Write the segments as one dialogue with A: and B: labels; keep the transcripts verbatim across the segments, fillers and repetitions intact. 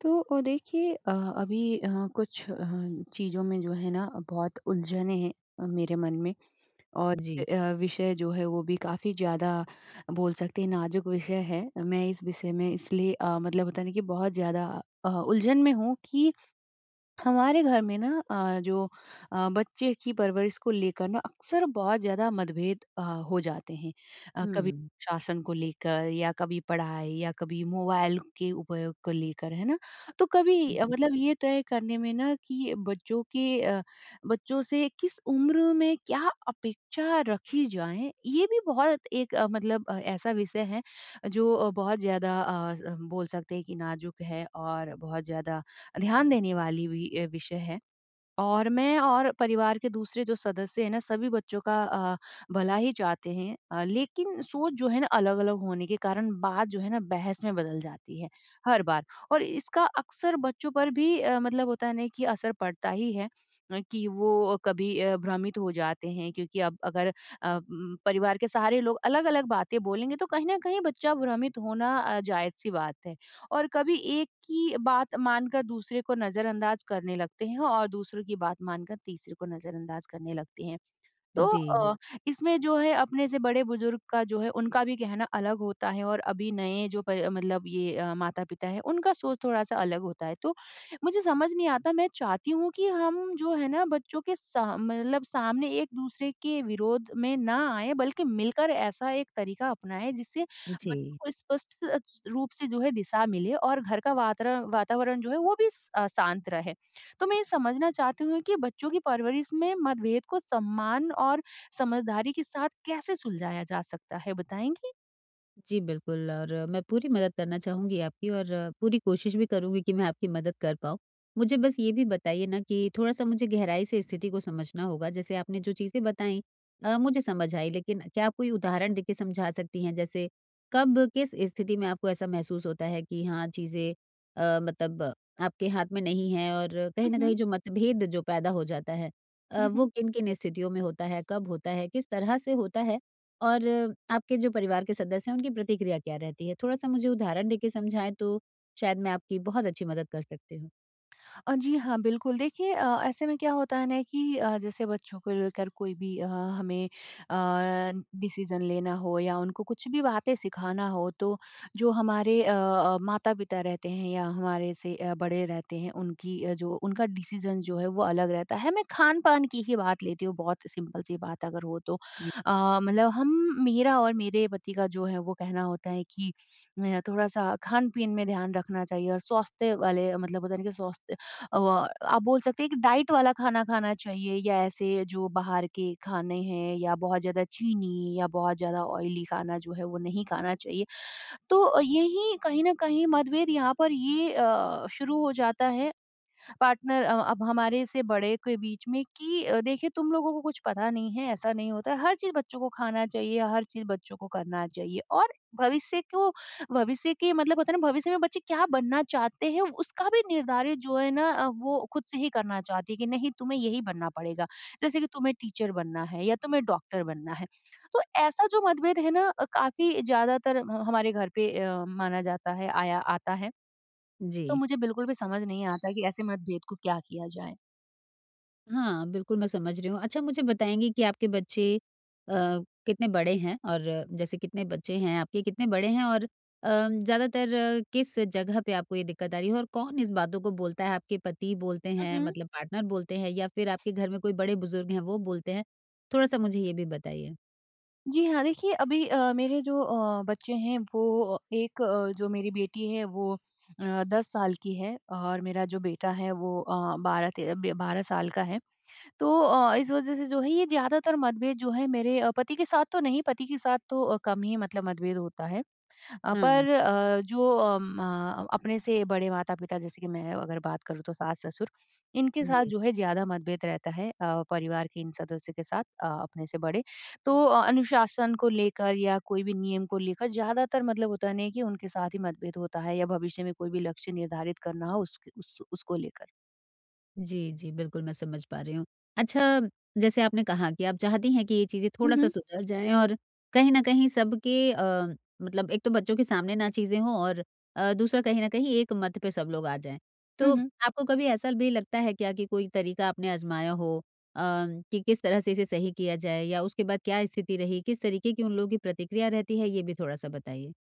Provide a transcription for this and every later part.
A: तो अ, देखिए, अ, अभी अ, कुछ अ, चीज़ों में जो है ना बहुत उलझने हैं, अ, मेरे मन में और
B: जी,
A: अ, विषय जो है वो भी काफ़ी ज़्यादा बोल सकते हैं नाजुक विषय है। मैं इस विषय में इसलिए अ, मतलब होता है ना कि बहुत ज़्यादा अ, उलझन में हूँ कि हमारे घर में ना अ, जो अ, बच्चे की परवरिश को लेकर ना अक्सर बहुत ज़्यादा मतभेद अ, हो जाते हैं। अ, कभी
B: हुँ,
A: शासन को लेकर या कभी पढ़ाई या कभी मोबाइल के उपयोग को लेकर, है ना? तो कभी अ,
B: जी,
A: मतलब ये तय करने में ना कि बच्चों के अ, बच्चों से किस उम्र में क्या अपेक्षा रखी जाए, ये भी बहुत एक अ, मतलब अ, ऐसा विषय है जो अ, बहुत ज़्यादा अ, स बोल सकते हैं कि नाजुक है और बहुत ज़्यादा ध्यान देने वाली भी अ, विषय है। और मैं और परिवार के दूसरे जो सदस्य हैं ना सभी बच्चों का अ, भला ही चाहते हैं, अ, लेकिन सोच जो है ना अलग-अलग होने के कारण बात जो है ना बहस में बदल जाती है हर बार। और इसका अक्सर बच्चों पर भी अ, मतलब होता है ना कि असर पड़ता ही है, अ, कि वो कभी अ, भ्रमित हो जाते हैं क्योंकि अब अगर अ, म, परिवार के सारे लोग अलग-अलग बातें बोलेंगे तो कहीं ना कहीं बच्चा भ्रमित होना अ, जायज़ सी बात है। और कभी एक की बात मानकर दूसरे को नज़रअंदाज करने लगते हैं और दूसरों की बात मानकर तीसरे को नज़रअंदाज करने लगते हैं। तो
B: जी,
A: अ, इसमें जो है अपने से बड़े-बुज़ुर्ग का जो है उनका भी कहना अलग होता है और अभी नए जो पर मतलब ये अ, माता-पिता हैं उनका सोच थोड़ा-सा अलग होता है। तो मुझे समझ नहीं आता, मैं चाहती हूँ कि हम जो है ना बच्चों के सा मतलब सामने एक-दूसरे के विरोध में ना आएँ बल्कि मिलकर ऐसा एक तरीका अपनाएँ जिससे
B: जी।
A: बच्चों को स्पष्ट स- रूप से जो है दिशा मिले और घर का वातरा वातावरण जो है वो भी स अ, शांत रहे। तो मैं ये समझना चाहती हूँ कि बच्चों की परवरिश में मतभेद को सम्मान और समझदारी के साथ कैसे सुलझाया जा सकता है, बताएंगी?
B: जी, बिल्कुल और मैं पूरी मदद करना चाहूँगी आपकी और पूरी कोशिश भी करूँगी कि मैं आपकी मदद कर पाऊँ। मुझे बस ये भी बताइए ना कि थोड़ा-सा मुझे गहराई से स्थिति को समझना होगा, जैसे आपने जो चीज़ें बताई अ, मुझे समझ आई, लेकिन क्या आप कोई उदाहरण देके समझा सकती हैं? जैसे कब, किस स्थिति में आपको ऐसा महसूस होता है कि हाँ, चीज़ें अ, मतलब आपके हाथ में नहीं हैं और कहीं
A: हुँ,
B: न कहीं
A: हुँ।
B: जो मतभेद जो पैदा हो जाता है अ,
A: हुँ,
B: वो
A: हुँ।
B: किन-किन स्थितियों में होता है, कब होता है, किस तरह से होता है? और आपके जो परिवार के सदस्य हैं, उनकी प्रतिक्रिया क्या रहती है? थोड़ा-सा मुझे उदाहरण देके समझाएँ तो शायद मैं आपकी बहुत अच्छी मदद कर सकती हूँ।
A: अ, जी हाँ, बिल्कुल। देखिए, अ, ऐसे में क्या होता है ना कि अ, जैसे बच्चों को लेकर कोई भी अ, हमें अ, डिसीज़न लेना हो या उनको कुछ भी बातें सिखाना हो तो जो हमारे अ अ, माता-पिता रहते हैं या हमारे से अ, बड़े रहते हैं उनकी, अ, जो उनका डिसीज़न जो है वो अलग रहता है। मैं खान-पान की ही बात लेती हूँ, बहुत सिंपल सी बात अगर हो तो।
B: जी।
A: अ, मतलब हम मेरा और मेरे पति का जो है वो कहना होता है कि अ, थोड़ा-सा खान-पीन में ध्यान रखना चाहिए और स्वास्थ्य वाले मतलब होता है ना कि स्वास्थ्य, अ, आप बोल सकते हैं कि डाइट वाला खाना खाना चाहिए या ऐसे जो बाहर के खाने हैं या बहुत ज़्यादा चीनी या बहुत ज़्यादा ऑयली खाना जो है वो नहीं खाना चाहिए। तो यही कहीं न कहीं मतभेद यहाँ पर ये अ, शुरू हो जाता है पार्टनर अ, अब हमारे से बड़े के बीच में कि अ, देखिए, तुम लोगों को कुछ पता नहीं है, ऐसा नहीं होता है। हर चीज बच्चों को खाना चाहिए, हर चीज बच्चों को करना चाहिए और भविष्य को भविष्य के मतलब होता है ना भविष्य में बच्चे क्या बनना चाहते हैं, उसका भी निर्धारित जो है ना अ, वो खुद से ही करना चाहती है कि नहीं, तुम्हें यही बनना पड़ेगा, जैसे कि तुम्हें टीचर बनना है या तुम्हें डॉक्टर बनना है। तो ऐसा जो मतभेद है ना अ, काफी ज्यादातर ह- हमारे घर पे अ, माना जाता है, आया आता है।
B: जी।
A: तो मुझे बिल्कुल भी समझ नहीं आता कि ऐसे मतभेद को क्या किया जाए।
B: हाँ, बिल्कुल मैं समझ रही हूँ। अच्छा मुझे बताएँगी कि आपके बच्चे अ, कितने बड़े हैं और जैसे कितने बच्चे हैं आपके, कितने बड़े हैं और अ, ज़्यादातर किस जगह पे आपको ये दिक्कत आ रही है और कौन इस बातों को बोलता है? आपके पति बोलते हैं
A: उहुँ।
B: मतलब पार्टनर बोलते हैं या फिर आपके घर में कोई बड़े बुज़ुर्ग हैं वो बोलते हैं? थोड़ा-सा मुझे ये भी बताइए।
A: जी हाँ, देखिए अभी अ, मेरे जो अ, बच्चे हैं वो, एक अ, जो मेरी बेटी है वो अ, दस साल की है और मेरा जो बेटा है वो अ, बारह ते ब बारह साल का है। तो अ, इस वज़ह से जो है ये ज़्यादातर मतभेद जो है मेरे अ, पति के साथ तो नहीं, पति के साथ तो अ, कम ही मतलब मतभेद होता है। अ,
B: हाँ,
A: पर अ, जो अम, अ, अपने से बड़े माता-पिता, जैसे कि मैं अगर बात करूँ तो सास-ससुर, इनके साथ
B: जी।
A: जो है ज़्यादा मतभेद रहता है, अ, परिवार के इन सदस्यों के साथ, अ, अपने से बड़े। तो अ, अनुशासन को लेकर या कोई भी नियम को लेकर ज़्यादातर मतलब होता नहीं है कि उनके साथ ही मतभेद होता है या भविष्य में कोई भी लक्ष्य निर्धारित करना हो उस उस, उसको लेकर।
B: जी, जी, बिल्कुल मैं समझ पा रही हूँ। अच्छा, जैसे आपने कहा कि आप चाहती हैं कि ये चीज़ें
A: हुँ,
B: थोड़ा-सा
A: हुँ।
B: सुधर जाएँ और कहीं न कहीं सबके अ, मतलब एक तो बच्चों के सामने ना चीज़ें हों और अ, दूसरा कहीं न कहीं एक मत पे सब लोग आ जाएँ।
A: हुँ,
B: तो
A: हुँ।
B: आपको कभी ऐसा भी लगता है क्या कि कोई तरीका आपने आज़माया हो अ, कि किस तरह से इसे सही किया जाए या उसके बाद क्या स्थिति रही, किस तरीके की उन लोगों की प्रतिक्रिया रहती है, ये भी थोड़ा-सा बताइए?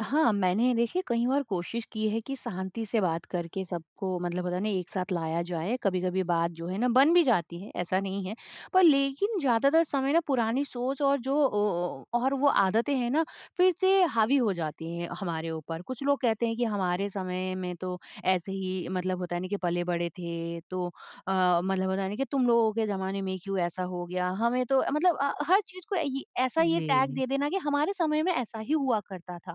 A: हाँ, मैंने देखिए कई बार कोशिश की है कि शांति से बात करके सबको मतलब होता है ना एक साथ लाया जाए। कभी-कभी बात जो है ना बन भी जाती है, ऐसा नहीं है। पर लेकिन ज़्यादातर समय ना पुरानी सोच और जो ओ ओ और वो आदतें हैं ना फिर से हावी हो जाती हैं हमारे ऊपर। कुछ लोग कहते हैं कि हमारे समय में तो ऐसे ही मतलब होता है ना कि पले-बड़े थे तो अ, मतलब होता है ना कि तुम लोगों के ज़माने में क्यों ऐसा हो गया? हमें तो मतलब अ, हर चीज़ को ये ऐसा ये टैग
B: जी।
A: दे देना कि हमारे समय में ऐसा ही हुआ करता था।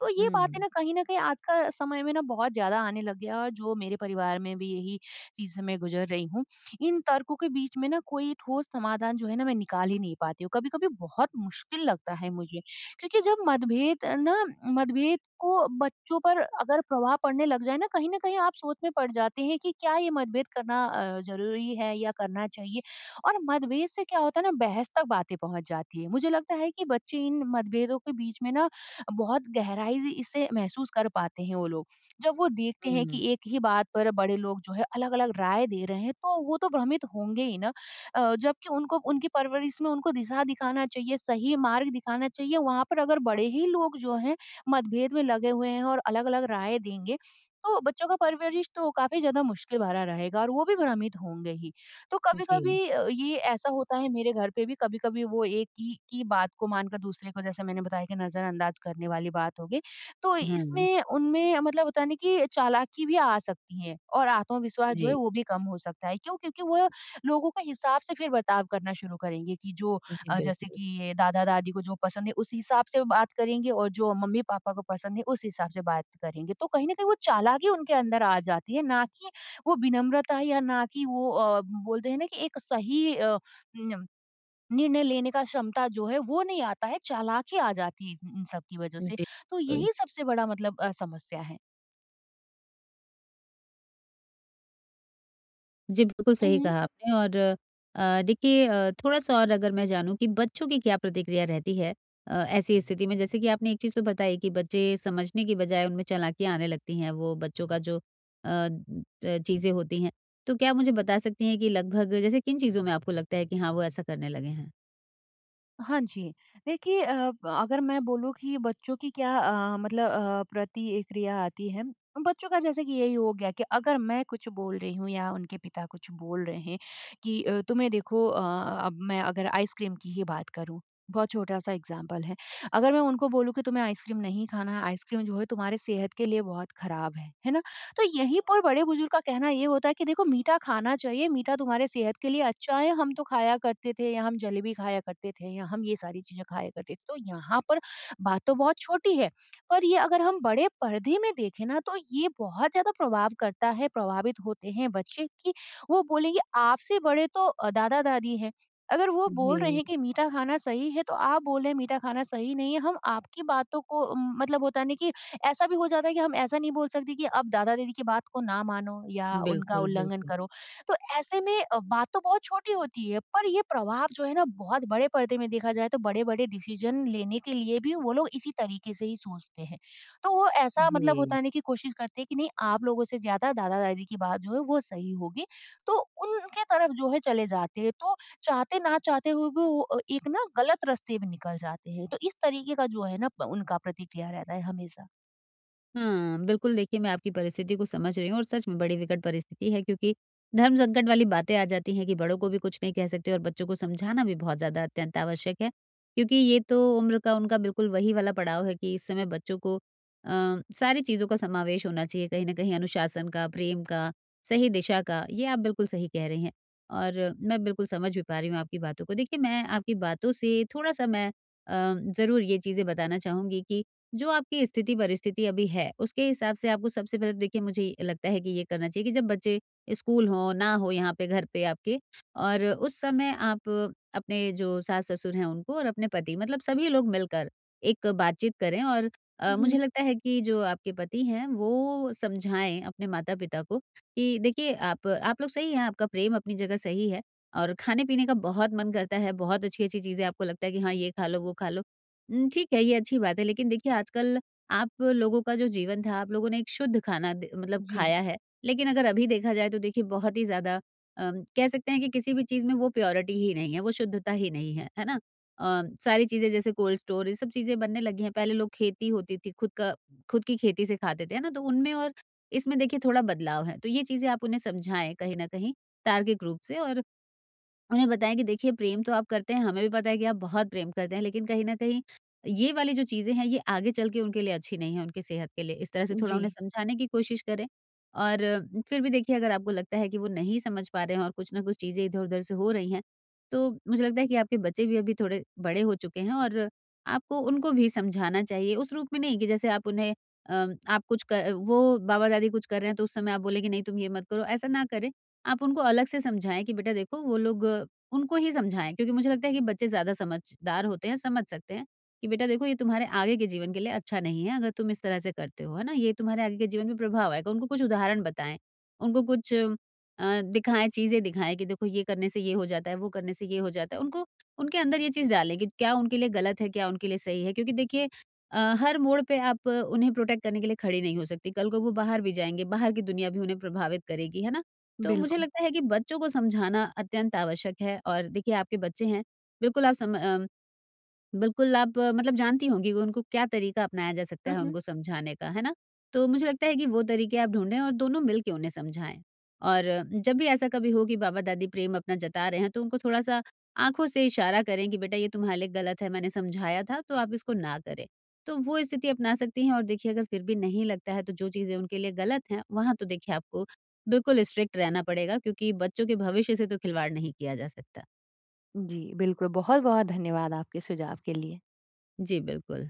A: तो ये बातें
B: हुँ,
A: ना कहीं न कहीं आज का समय में ना बहुत ज़्यादा आने लग गया है और जो मेरे परिवार में भी यही चीज़ से मैं गुज़र रही हूँ। इन तर्कों के बीच में ना कोई ठोस समाधान जो है ना मैं निकाल ही नहीं पाती हूँ। कभी-कभी बहुत मुश्किल लगता है मुझे, क्योंकि जब मतभेद ना मतभेद को बच्चों पर अगर प्रभाव पड़ने लग जाए ना, कहीं न कहीं आप सोच में पड़ जाते हैं कि क्या ये मतभेद करना अ, ज़रूरी है या करना चाहिए? और मतभेद से क्या होता है ना बहस तक बातें पहुँच जाती है। मुझे लगता है कि बच्चे इन मतभेदों के बीच में ना बहुत गहराई से इसे महसूस कर पाते हैं वो लोग। जब वो देखते हैं कि
B: हुँ,
A: एक ही बात पर बड़े लोग जो है अलग-अलग राय दे रहे हैं, तो वो तो भ्रमित होंगे ही ना। अ, जबकि उनको उनकी परवरिश में उनको दिशा दिखाना चाहिए, सही मार्ग दिखाना चाहिए, वहाँ पर अगर बड़े ही लोग जो हैं मतभेद में लगे हुए हैं और अलग-अलग राय देंगे, तो बच्चों का परवरिश तो काफ़ी ज़्यादा मुश्किल भरा रहेगा और वो भी भ्रमित होंगे ही। तो
B: जी,
A: कभी-कभी अ, ये ऐसा होता है मेरे घर पे भी, कभी-कभी वो एक ही की बात को मानकर दूसरे को, जैसे मैंने बताया कि नज़रअंदाज करने वाली बात हो गई। तो
B: हाँ,
A: इसमें उनमें मतलब होता है ना कि चालाकी भी आ सकती है और आत्मविश्वास जो है
B: जी,
A: वो भी कम हो सकता है। क्यों? क्योंकि वो लोगों के हिसाब से फिर बर्ताव करना शुरू करेंगे कि जो
B: जी,
A: अ, जैसे
B: बिल्कुल,
A: कि ये दादा-दादी को जो पसंद है उस हिसाब से बात करेंगे और जो मम्मी-पापा को पसंद है उस हिसाब से बात करेंगे। तो कहीं न कहीं वो चालाकी उनके अंदर आ जाती है ना कि वो विनम्रता या ना कि वो अ, बोलते हैं ना कि एक सही अ, न- निर्णय लेने का क्षमता जो है वो नहीं आता है, चालाकी आ जाती है इन इन सब की वजह से।
B: जी,
A: तो
B: बिल्कुल।
A: यही सबसे बड़ा मतलब अ, समस्या
B: जी, बिल्कुल सही
A: है।
B: कहा आपने और अ, देखिए अ, थोड़ा-सा और अगर मैं जानूँ कि बच्चों की क्या प्रतिक्रिया रहती है अ, ऐसी स्थिति में? जैसे कि आपने एक चीज़ तो बताई कि बच्चे समझने की बजाय उनमें चालाकियाँ आने लगती हैं, वो बच्चों का जो अ, अ, चीज़ें होती हैं। तो क्या मुझे बता सकती हैं कि लगभग जैसे किन चीज़ों में आपको लगता है कि हाँ, वो ऐसा करने लगे हैं?
A: हाँ जी। देखिए, अ, अगर मैं बोलूँ कि बच्चों की क्या अ, मतलब अ, प्रतिक्रिया आती है, बच्चों का जैसे कि यही हो गया कि अगर मैं कुछ बोल रही हूँ या उनके पिता कुछ बोल रहे हैं कि अ, तुम्हें देखो, अ, अब मैं अगर आइसक्रीम की ही बात करूँ, बहुत छोटा-सा एग्ज़ाम्पल है। अगर मैं उनको बोलूँ कि तुम्हें आइसक्रीम नहीं खाना है, आइसक्रीम जो है तुम्हारे सेहत के लिए बहुत खराब है, है ना? तो यहीं पर बड़े-बुजुर्ग का कहना ये होता है कि देखो मीठा खाना चाहिए, मीठा तुम्हारे सेहत के लिए अच्छा है, हम तो खाया करते थे या हम जलेबी खाया करते थे या हम ये सारी चीज़ें खाया करते थे। तो यहाँ पर बात तो बहुत छोटी है, पर ये अगर हम बड़े पर्दे में देखें ना तो ये बहुत ज़्यादा प्रभाव करता है, प्रभावित होते हैं बच्चे कि वो बोलेंगे आपसे बड़े तो अ, दादा-दादी हैं। अगर वो बोल रहे
B: जी,
A: हैं कि मीठा खाना सही है, तो आप बोल रहे हैं मीठा खाना सही नहीं है, हम आपकी बातों को उम, मतलब होता है ना कि ऐसा भी हो जाता है कि हम ऐसा नहीं बोल सकते कि अब दादा दीदी की बात को ना मानो या उनका
B: बिल्कुल,
A: उल्लंघन
B: बिल्कुल।
A: करो। तो ऐसे में अ, बात तो बहुत छोटी होती है पर ये प्रभाव जो है ना बहुत बड़े पर्दे में देखा जाए तो बड़े बड़े डिसीजन लेने के लिए भी वो लोग इसी तरीके से ही सोचते हैं। तो वो ऐसा मतलब
B: जी।
A: बताने की कोशिश करते हैं कि नहीं आप लोगों से ज्यादा दादा दादी की बात जो है वो सही होगी। तो उनके तरफ जो है चले जाते हैं, तो चाहते ना चाहते हुए भी वो अ, एक ना गलत रास्ते में निकल जाते हैं, तो इस तरीके का जो है ना प- उनका प्रतिक्रिया रहता है हमेशा।
B: हाँ, बिल्कुल देखिए मैं आपकी परिस्थिति को समझ रही हूँ और सच में बड़ी विकट परिस्थिति है क्योंकि धर्म संकट वाली बातें आ जाती हैं कि बड़ों को भी कुछ नहीं कह सकते और बच्चों को समझाना भी बहुत ज़्यादा अत्यंत आवश्यक है क्योंकि ये तो उम्र का उनका बिल्कुल वही वाला पड़ाव है कि इस समय बच्चों को आ, सारी चीज़ों का समावेश होना चाहिए कहीं ना कहीं अनुशासन का प्रेम का सही दिशा का। ये आप बिल्कुल सही कह रही हैं और मैं बिल्कुल समझ भी पा रही हूँ आपकी बातों को। देखिए मैं आपकी बातों से थोड़ा सा मैं ज़रूर ये चीज़ें बताना चाहूंगी कि जो आपकी स्थिति परिस्थिति अभी है, उसके हिसाब से आपको सबसे पहले तो देखिए मुझे ये लगता है कि ये करना चाहिए कि जब बच्चे स्कूल हों, ना हो यहाँ पे घर पे आपके और उस समय आप अपने जो सास-ससुर हैं उनको और अपने पति मतलब सभी लोग मिलकर एक बातचीत करें और अ,
A: हुँ।
B: मुझे लगता है कि जो आपके पति हैं वो समझाएँ अपने माता-पिता को कि देखिए आप आप लोग सही हैं, आपका प्रेम अपनी जगह सही है। और खाने-पीने का बहुत मन करता है, बहुत अच्छी-अच्छी चीज़ें आपको लगता है कि हाँ, ये खा लो, वो खा लो। उम, ठीक है, ये अच्छी बात है, लेकिन देखिए आजकल आप लोगों का जो जीवन था, आप लोगों ने एक शुद्ध खाना द मतलब
A: जी,
B: खाया है, लेकिन अगर अभी देखा जाए तो देखिए बहुत ही ज़्यादा अम, कह सकते हैं कि किसी भी चीज़ में वो प्योरिटी ही नहीं है, वो शुद्धता ही नहीं है, है ना? अ, सारी चीज़ें जैसे कोल्ड स्टोर ये सब चीज़ें बनने लगी हैं, पहले लोग खेती होती थी, खुद का खुद की खेती से खाते थे, है ना? तो उनमें और इसमें देखिए थोड़ा बदलाव है, तो ये चीज़ें आप उन्हें समझाएँ कहीं न कहीं तार्किक रूप से और उन्हें बताएं कि देखिए प्रेम तो आप करते हैं, हमें भी पता है कि आप बहुत प्रेम करते हैं, लेकिन कहीं न कहीं ये वाली जो चीज़ें हैं, ये आगे चल के उनके लिए अच्छी नहीं है, उनकी सेहत के लिए। इस तरह से थोड़ा
A: जी,
B: उन्हें समझाने की कोशिश करें और अ, फिर भी देखिए अगर आपको लगता है कि वो नहीं समझ पा रहे हैं और कुछ ना कुछ चीज़ें इधर-उधर से हो रही हैं, तो मुझे लगता है कि आपके बच्चे भी अभी थोड़े बड़े हो चुके हैं और आपको उनको भी समझाना चाहिए। उस रूप में नहीं कि जैसे आप उन्हें अ, आप कुछ क वो बाबा-दादी कुछ कर रहे हैं तो उस समय आप बोले कि नहीं तुम ये मत करो, ऐसा ना करें। आप उनको अलग से समझाएँ कि बेटा देखो वो लोग अ, उनको ही समझाएँ क्योंकि मुझे लगता है कि बच्चे ज़्यादा समझदार होते हैं, समझ सकते हैं कि बेटा देखो ये तुम्हारे आगे के जीवन के लिए अच्छा नहीं है अगर तुम इस तरह से करते हो, है ना? ये तुम्हारे आगे के जीवन में प्रभाव आएगा। उनको कुछ उदाहरण बताएँ, उनको कुछ अ, दिखाएँ, चीज़ें दिखाएँ कि देखो ये करने से ये हो जाता है, वो करने से ये हो जाता है। उनको उनके अंदर ये चीज़ डालें कि क्या उनके लिए गलत है, क्या उनके लिए सही है क्योंकि देखिए अ, हर मोड़ पे आप अ, उन्हें प्रोटेक्ट करने के लिए खड़ी नहीं हो सकती। कल को वो बाहर भी जाएँगे, बाहर की दुनिया भी उन्हें प्रभावित करेगी, है ना? तो मुझे
A: बिल्कुल।
B: लगता है कि बच्चों को समझाना अत्यंत आवश्यक है और देखिए आपके बच्चे हैं, बिल्कुल आप सम अ, बिल्कुल, आप अ, मतलब जानती होंगी कि उनको क्या तरीका अपनाया जा सकता
A: हुँ,
B: है
A: हुँ।
B: उनको समझाने का, है ना? तो मुझे लगता है कि वो तरीके आप ढूँढें और दोनों मिल के उन्हें समझाएँ। और अ, जब भी ऐसा कभी हो कि बाबा-दादी प्रेम अपना जता रहे हैं, तो उनको थोड़ा-सा आँखों से इशारा करें कि बेटा ये तुम्हारे लिए गलत है, मैंने समझाया था तो आप इसको ना करें। तो वो स्थिति अपना सकती हैं और देखिए अगर फिर भी नहीं लगता है तो जो चीज़ें उनके लिए गलत हैं, वहाँ तो देखिए आपको बिल्कुल स्ट्रिक्ट रहना पड़ेगा क्योंकि बच्चों के भविष्य से तो खिलवाड़ नहीं किया जा सकता।
A: जी, बिल्कुल बहुत-बहुत धन्यवाद आपके सुझाव के लिए।
B: जी, बिल्कुल।